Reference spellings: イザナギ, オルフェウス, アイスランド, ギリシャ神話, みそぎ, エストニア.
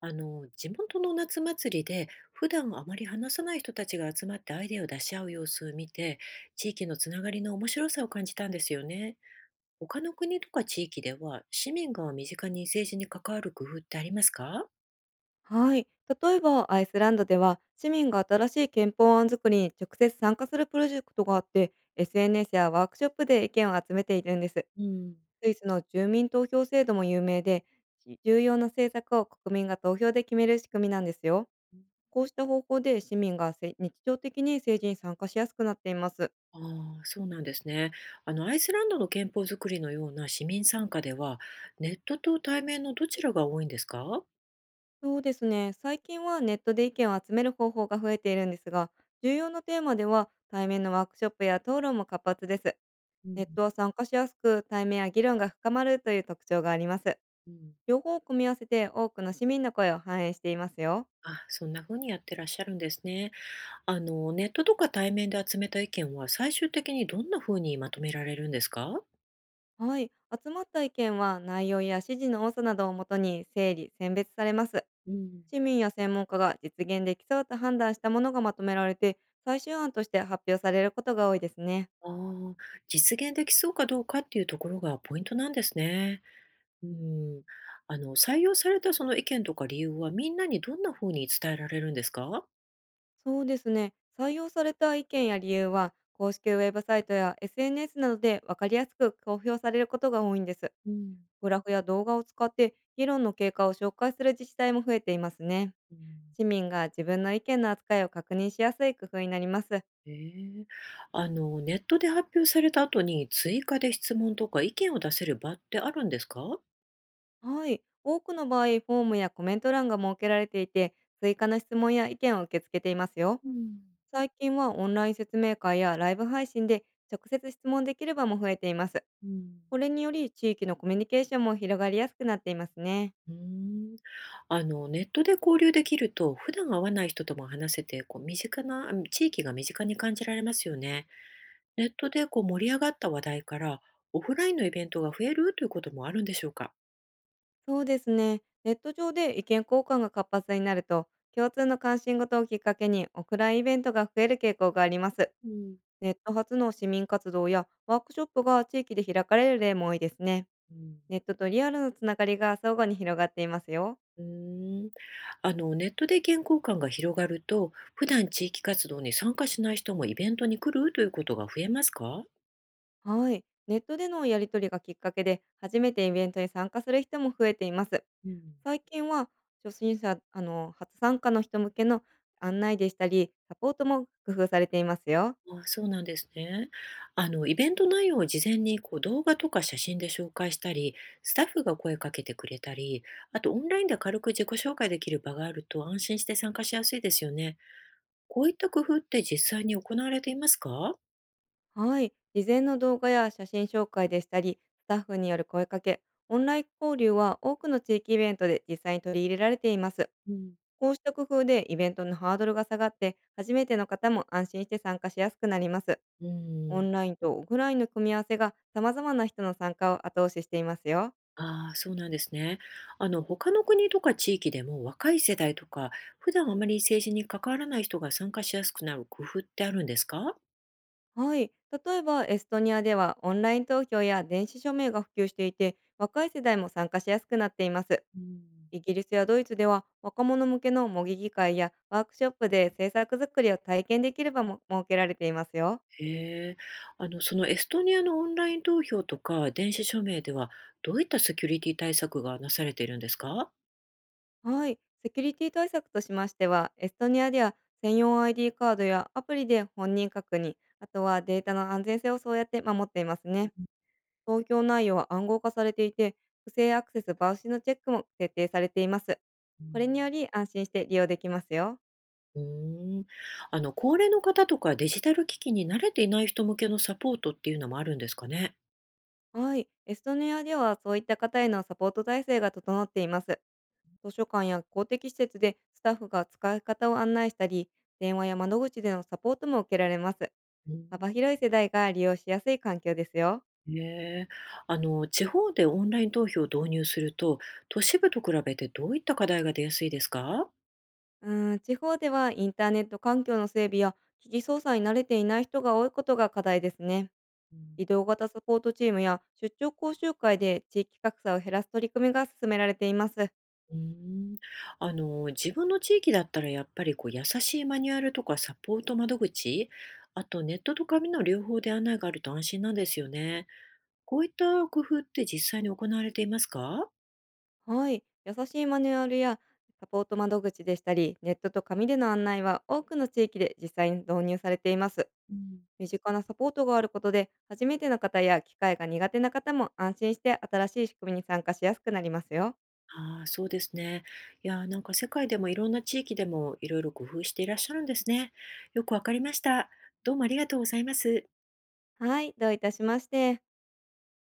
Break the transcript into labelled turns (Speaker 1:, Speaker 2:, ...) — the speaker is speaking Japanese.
Speaker 1: 地元の夏祭りで普段あまり話さない人たちが集まってアイデアを出し合う様子を見て、地域のつながりの面白さを感じたんですよね。他の国とか地域では市民が身近に政治に関わる工夫ってありますか？
Speaker 2: はい。例えば、アイスランドでは、市民が新しい憲法案作りに直接参加するプロジェクトがあって、SNS やワークショップで意見を集めているんです。
Speaker 1: うん。
Speaker 2: スイスの住民投票制度も有名で、重要な政策を国民が投票で決める仕組みなんですよ。こうした方法で市民がせ日常的に政治に参加しやすくなっています。
Speaker 1: ああ、そうなんですね。アイスランドの憲法づくりのような市民参加では、ネットと対面のどちらが多いんですか？
Speaker 2: そうですね。最近はネットで意見を集める方法が増えているんですが、重要なテーマでは対面のワークショップや討論も活発です。
Speaker 1: う
Speaker 2: ネ
Speaker 1: ん。
Speaker 2: ットを参加しやすく、対面や議論が深まるという特徴があります。
Speaker 1: うん。
Speaker 2: 両方を組み合わせて多くの市民の声を反映していますよ。
Speaker 1: あ、そんな風にやってらっしゃるんですね。ネットとか対面で集めた意見は最終的にどんな風にまとめられるんですか？
Speaker 2: はい。集まった意見は内容や指示の多さなどをもとに整理、選別されます。
Speaker 1: うん。
Speaker 2: 市民や専門家が実現できそうと判断したものがまとめられて、最終案として発表されることが多いですね。
Speaker 1: ああ、実現できそうかどうかっていうところがポイントなんですね。うん。採用されたその意見とか理由はみんなにどんな風に伝えられるんですか？
Speaker 2: そうですね。採用された意見や理由は、公式ウェブサイトや SNS などで分かりやすく公表されることが多いんです。
Speaker 1: うん。
Speaker 2: グラフや動画を使って議論の経過を紹介する自治体も増えていますね。
Speaker 1: うん。
Speaker 2: 市民が自分の意見の扱いを確認しやすい工夫になります。
Speaker 1: ええ。ネットで発表された後に追加で質問とか意見を出せる場ってあるんですか？
Speaker 2: はい。多くの場合、フォームやコメント欄が設けられていて、追加の質問や意見を受け付けていますよ。
Speaker 1: うん。
Speaker 2: 最近はオンライン説明会やライブ配信で直接質問できる場も増えています。
Speaker 1: うん。
Speaker 2: これにより地域のコミュニケーションも広がりやすくなっていますね。
Speaker 1: うーん。ネットで交流できると、普段会わない人とも話せて、身近な、地域が身近に感じられますよね。ネットで盛り上がった話題から、オフラインのイベントが増えるということもあるんでしょうか。
Speaker 2: そうですね。ネット上で意見交換が活発になると、共通の関心事をきっかけにオフラインイベントが増える傾向があります。
Speaker 1: うん。
Speaker 2: ネット発の市民活動やワークショップが地域で開かれる例も多いですね。
Speaker 1: うん。
Speaker 2: ネットとリアルのつながりが相互に広がっていますよ。
Speaker 1: うーん。ネットで意見交換が広がると、普段地域活動に参加しない人もイベントに来るということが増えますか？
Speaker 2: はい。ネットでのやり取りがきっかけで、初めてイベントに参加する人も増えています。
Speaker 1: うん。
Speaker 2: 最近は、初心者、初参加の人向けの案内でしたり、サポートも工夫されていますよ。
Speaker 1: あ、そうなんですね。イベント内容を事前に動画とか写真で紹介したり、スタッフが声かけてくれたり、あとオンラインで軽く自己紹介できる場があると安心して参加しやすいですよね。こういった工夫って実際に行われていますか？
Speaker 2: はい。事前の動画や写真紹介でしたり、スタッフによる声かけ、オンライン交流は多くの地域イベントで実際に取り入れられています。
Speaker 1: うん。
Speaker 2: こうした工夫でイベントのハードルが下がって、初めての方も安心して参加しやすくなります。
Speaker 1: う
Speaker 2: オ
Speaker 1: ん。
Speaker 2: ンラインとオフラインの組み合わせが様々な人の参加を後押ししていますよ。
Speaker 1: ああ、そうなんですね。他の国とか地域でも若い世代とか、普段あまり政治に関わらない人が参加しやすくなる工夫ってあるんですか？
Speaker 2: はい。例えば、エストニアではオンライン投票や電子署名が普及していて、若い世代も参加しやすくなっています。
Speaker 1: うん。
Speaker 2: イギリスやドイツでは若者向けの模擬議会やワークショップで制作作りを体験できる場も設けられていますよ。
Speaker 1: へえ。そのエストニアのオンライン投票とか電子署名では、どういったセキュリティ対策がなされているんですか？
Speaker 2: はい、セキュリティ対策としましては、エストニアでは専用 ID カードやアプリで本人確認、あとはデータの安全性をそうやって守っていますね。投票内容は暗号化されていて、不正アクセス防止のチェックも徹底されています。
Speaker 1: う
Speaker 2: これ
Speaker 1: ん。
Speaker 2: により安心して利用できますよ。
Speaker 1: うーん。高齢の方とかデジタル機器に慣れていない人向けのサポートっていうのもあるんですかね。
Speaker 2: はい、エストニアではそういった方へのサポート体制が整っています。図書館や公的施設でスタッフが使い方を案内したり、電話や窓口でのサポートも受けられます。
Speaker 1: う
Speaker 2: 幅
Speaker 1: ん。
Speaker 2: 広い世代が利用しやすい環境ですよ。
Speaker 1: へえ、地方でオンライン投票を導入すると、都市部と比べてどういった課題が出やすいですか？
Speaker 2: 地方ではインターネット環境の整備や機器操作に慣れていない人が多いことが課題ですね。移動型サポートチームや出張講習会で地域格差を減らす取り組みが進められています。
Speaker 1: うーん。自分の地域だったらやっぱり優しいマニュアルとかサポート窓口、あとネットと紙の両方で案内があると安心なんですよね。こういった工夫って実際に行われていますか？
Speaker 2: はい。優しいマニュアルやサポート窓口でしたり、ネットと紙での案内は多くの地域で実際に導入されています。
Speaker 1: うん。
Speaker 2: 身近なサポートがあることで、初めての方や機会が苦手な方も安心して新しい仕組みに参加しやすくなりますよ。
Speaker 1: ああ、そうですね。いやー、なんか世界でもいろんな地域でもいろいろ工夫していらっしゃるんですね。よくわかりました。どうもありがとうございます。
Speaker 2: はい、どういたしまして。